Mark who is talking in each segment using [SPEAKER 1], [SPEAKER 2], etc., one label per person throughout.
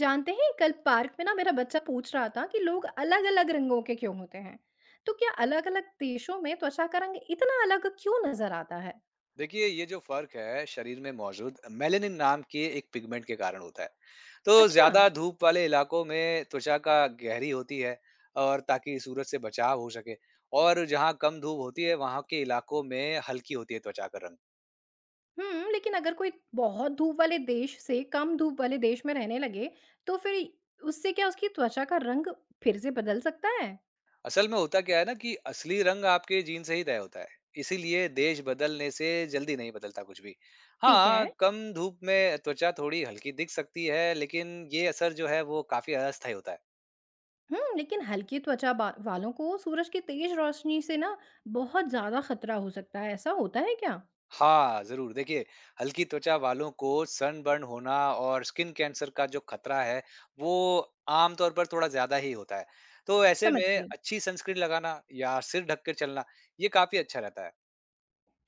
[SPEAKER 1] जानते हैं, कल पार्क में ना मेरा बच्चा पूछ रहा था कि लोग अलग अलग रंगों के क्यों होते हैं। तो क्या अलग अलग देशों में त्वचा का रंग इतना अलग क्यों नजर आता है?
[SPEAKER 2] देखिए ये जो फर्क है शरीर में मौजूद मेलेनिन नाम के एक पिगमेंट के कारण होता है। तो
[SPEAKER 1] अच्छा।
[SPEAKER 2] ज्यादा धूप वाले इलाकों में त्वचा का गहरी होती है और ताकि सूरज से बचाव हो सके। और जहाँ कम धूप होती है वहाँ के इलाकों में हल्की होती है त्वचा का रंग।
[SPEAKER 1] हम्म, लेकिन अगर कोई बहुत धूप वाले देश से कम धूप वाले देश में रहने लगे, तो फिर उससे क्या उसकी त्वचा का रंग फिर से बदल सकता है?
[SPEAKER 2] असल में होता क्या है ना कि असली रंग आपके जीन से ही तय होता है। इसीलिए देश बदलने से जल्दी नहीं बदलता कुछ भी।
[SPEAKER 1] ठीक है।
[SPEAKER 2] हाँ कम धूप में त्वचा थोड़ी हल्की दिख सकती है, लेकिन ये असर जो है वो काफी अस्थायी होता है।
[SPEAKER 1] हम्म, लेकिन हल्की त्वचा वालों को सूरज की तेज रोशनी से ना बहुत ज्यादा खतरा हो सकता है, ऐसा होता है क्या?
[SPEAKER 2] हाँ, ज़रूर। देखिए, हल्की त्वचा वालों को सनबर्न होना और स्किन कैंसर का जो खतरा है, वो आम तौर पर थोड़ा ज़्यादा ही होता है। तो ऐसे
[SPEAKER 1] समझ
[SPEAKER 2] में
[SPEAKER 1] गई।
[SPEAKER 2] अच्छी सनस्क्रीन लगाना या सिर ढक कर चलना, ये काफ़ी अच्छा रहता है।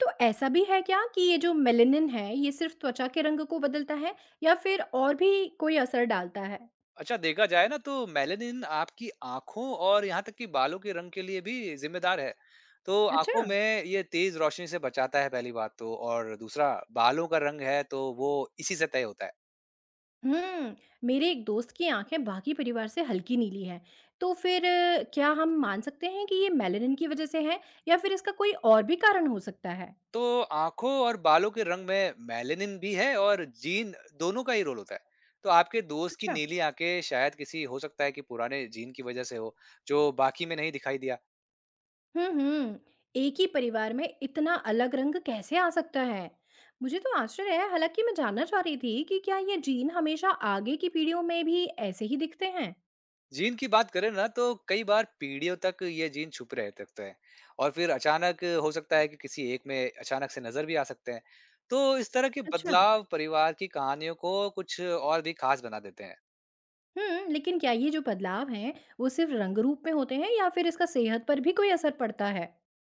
[SPEAKER 1] तो ऐसा भी है क्या कि ये जो मेलेनिन है ये सिर्फ त्वचा के रंग को बदलता है या फिर और भी कोई असर डालता है?
[SPEAKER 2] अच्छा देखा जाए ना तो मेलानिन आपकी आँखों और यहाँ तक कि बालों के रंग के लिए भी ज़िम्मेदार है। तो आँखों
[SPEAKER 1] अच्छा।
[SPEAKER 2] में ये तेज़ रोशनी से बचाता है पहली बात तो, और दूसरा बालों का रंग है तो वो इसी से तय होता है।
[SPEAKER 1] हुँ, मेरे एक दोस्त की आँखें बाकी परिवार से हल्की नीली हैं। तो फिर क्या हम मान सकते हैं कि ये मेलेनिन की वजह से है या फिर इसका कोई और भी कारण हो सकता है?
[SPEAKER 2] तो आँखों और बालों के रंग में मेलानिन भी है और जीन, दोनों का ही रोल होता है। तो आपके दोस्त की
[SPEAKER 1] अच्छा।
[SPEAKER 2] नीली आँखें शायद किसी हो सकता है कि पुराने जीन की वज़ह से हो, जो बाकी में नहीं दिखाई दिया।
[SPEAKER 1] हुँ, हुँ। एक ही परिवार में इतना अलग रंग कैसे आ सकता है? मुझे तो आश्चर्य है, हालाँकि मैं जानना चाह रही थी कि क्या ये जीन हमेशा आगे की पीढ़ियों में भी ऐसे ही दिखते हैं?
[SPEAKER 2] जीन की बात करें ना तो कई बार पीढ़ियों तक ये जीन छुपे रह सकते हैं और फिर अचानक हो सकता है कि किसी एक में अचानक से नज़र भी आ सकते हैं। तो इस तरह के
[SPEAKER 1] अच्छा।
[SPEAKER 2] बदलाव परिवार की कहानियों को कुछ और भी ख़ास बना देते हैं।
[SPEAKER 1] हुँ, लेकिन क्या ये जो बदलाव हैं, वो सिर्फ़ रंग रूप में होते हैं या फिर इसका सेहत पर भी कोई असर पड़ता है?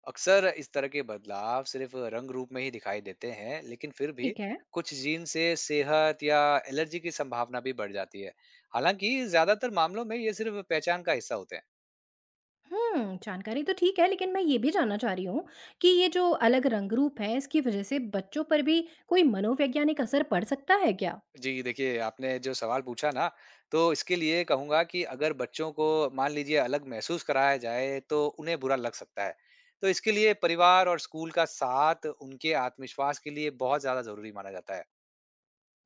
[SPEAKER 2] अक्सर इस तरह के बदलाव सिर्फ रंग रूप में ही दिखाई देते हैं, लेकिन फिर भी
[SPEAKER 1] ठीक है।
[SPEAKER 2] कुछ जीन से सेहत या एलर्जी की संभावना भी बढ़ जाती है। हालांकि ज्यादातर मामलों में ये सिर्फ पहचान का हिस्सा होते हैं।
[SPEAKER 1] हुँ, जानकारी तो ठीक है, लेकिन मैं ये भी जानना चाह रही हूँ कि ये जो अलग रंग रूप हैं, इसकी वज़ह से बच्चों पर भी कोई मनोवैज्ञानिक असर पड़ सकता है क्या?
[SPEAKER 2] जी देखिए, आपने जो सवाल पूछा ना, तो इसके लिए कहूंगा कि अगर बच्चों को मान लीजिए अलग महसूस कराया जाए तो उन्हें बुरा लग सकता है। तो इसके लिए परिवार और स्कूल का साथ उनके आत्मविश्वास के लिए बहुत ज्यादा जरूरी माना जाता है।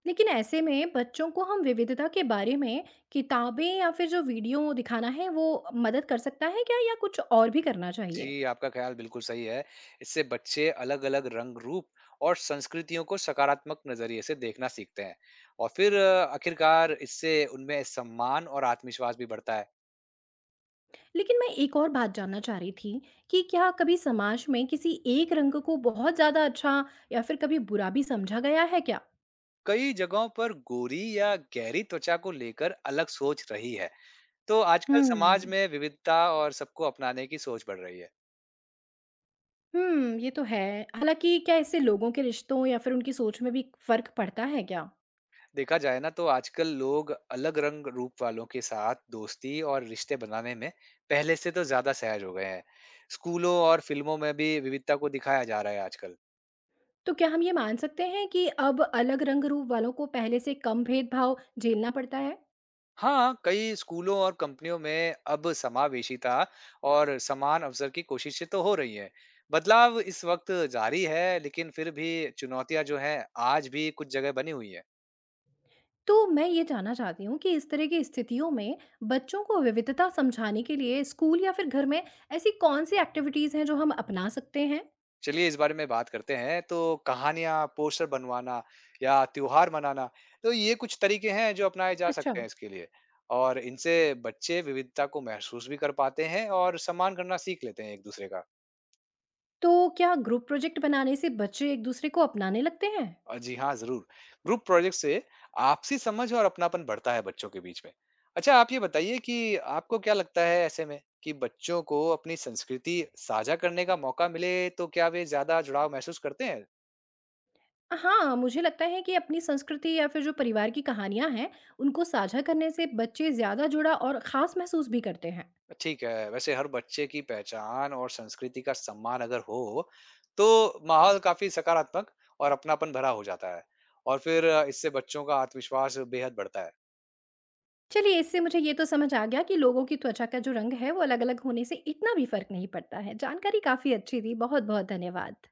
[SPEAKER 1] लेकिन ऐसे में बच्चों को हम विविधता के बारे में किताबें या फिर जो वीडियो दिखाना है, वो मदद कर सकता है क्या या कुछ और भी करना
[SPEAKER 2] जी,
[SPEAKER 1] चाहिए?
[SPEAKER 2] आपका ख़्याल बिल्कुल सही है। इससे बच्चे अलग-अलग रंग, रूप और संस्कृतियों को सकारात्मक नज़रिए से देखना सीखते हैं और फिर आखिरकार इससे उनमें सम्मान और आत्मविश्वास भी बढ़ता है।
[SPEAKER 1] लेकिन मैं एक और बात जानना चाह रही थी कि क्या कभी समाज में किसी एक रंग को बहुत ज़्यादा अच्छा या फिर कभी बुरा भी समझा गया है क्या?
[SPEAKER 2] कई जगहों पर गोरी या गहरी त्वचा को लेकर अलग सोच रही है। तो आजकल समाज
[SPEAKER 1] हम्म।
[SPEAKER 2] में विविधता और सबको अपनाने की सोच बढ़ रही है।
[SPEAKER 1] हुँ, ये तो है। हालाँकि क्या इससे लोगों के रिश्तों या फिर उनकी सोच में भी फ़र्क पड़ता है क्या?
[SPEAKER 2] देखा जाए ना तो आजकल लोग अलग रंग रूप वालों के साथ दोस्ती और रिश्ते बनाने में पहले से तो ज्यादा सहज हो गए हैं। स्कूलों और फिल्मों में भी विविधता को दिखाया जा रहा है आजकल।
[SPEAKER 1] तो क्या हम ये मान सकते हैं कि अब अलग रंग रूप वालों को पहले से कम भेदभाव झेलना पड़ता है?
[SPEAKER 2] हाँ, कई स्कूलों और कंपनियों में अब समावेशिता और समान अवसर की कोशिशें तो हो रही हैं। बदलाव इस वक्त जारी है, लेकिन फिर भी चुनौतियां जो हैं, आज भी कुछ जगह बनी हुई है।
[SPEAKER 1] तो मैं ये जानना चाहती हूँ कि इस तरह की स्थितियों में बच्चों को विविधता समझाने के लिए स्कूल या फिर घर में ऐसी कौन सी एक्टिविटीज़ हैं जो हम अपना सकते हैं?
[SPEAKER 2] चलिए इस बारे में बात करते हैं। तो कहानियाँ, पोस्टर बनवाना या त्योहार मनाना, तो ये कुछ तरीके हैं जो अपनाए जा
[SPEAKER 1] अच्छा।
[SPEAKER 2] सकते हैं इसके लिए। और इनसे बच्चे विविधता को महसूस भी कर पाते हैं और सम्मान करना सीख लेते हैं एक-दूसरे का।
[SPEAKER 1] तो क्या ग्रुप प्रोजेक्ट बनाने से बच्चे एक दूसरे को अपनाने लगते हैं?
[SPEAKER 2] जी हाँ, ज़रूर। ग्रुप प्रोजेक्ट से आपसी समझ और अपनापन बढ़ता है बच्चों के बीच में। अच्छा, आप ये बताइए कि आपको क्या लगता है ऐसे में कि बच्चों को अपनी संस्कृति साझा करने का मौका मिले, तो क्या वे ज़्यादा जुड़ाव महसूस करते हैं?
[SPEAKER 1] हाँ, मुझे लगता है कि अपनी संस्कृति या फिर जो परिवार की कहानियां हैं उनको साझा करने से बच्चे ज्यादा जुड़ा और खास महसूस भी करते हैं।
[SPEAKER 2] ठीक है। वैसे हर बच्चे की पहचान और संस्कृति का सम्मान अगर हो, तो माहौल काफ़ी सकारात्मक और अपनापन भरा हो जाता है। और फिर इससे बच्चों का आत्मविश्वास बेहद बढ़ता है।
[SPEAKER 1] चलिए, इससे मुझे ये तो समझ आ गया कि लोगों की त्वचा का जो रंग है वो अलग अलग होने से इतना भी फर्क नहीं पड़ता है। जानकारी काफी अच्छी थी। बहुत बहुत धन्यवाद।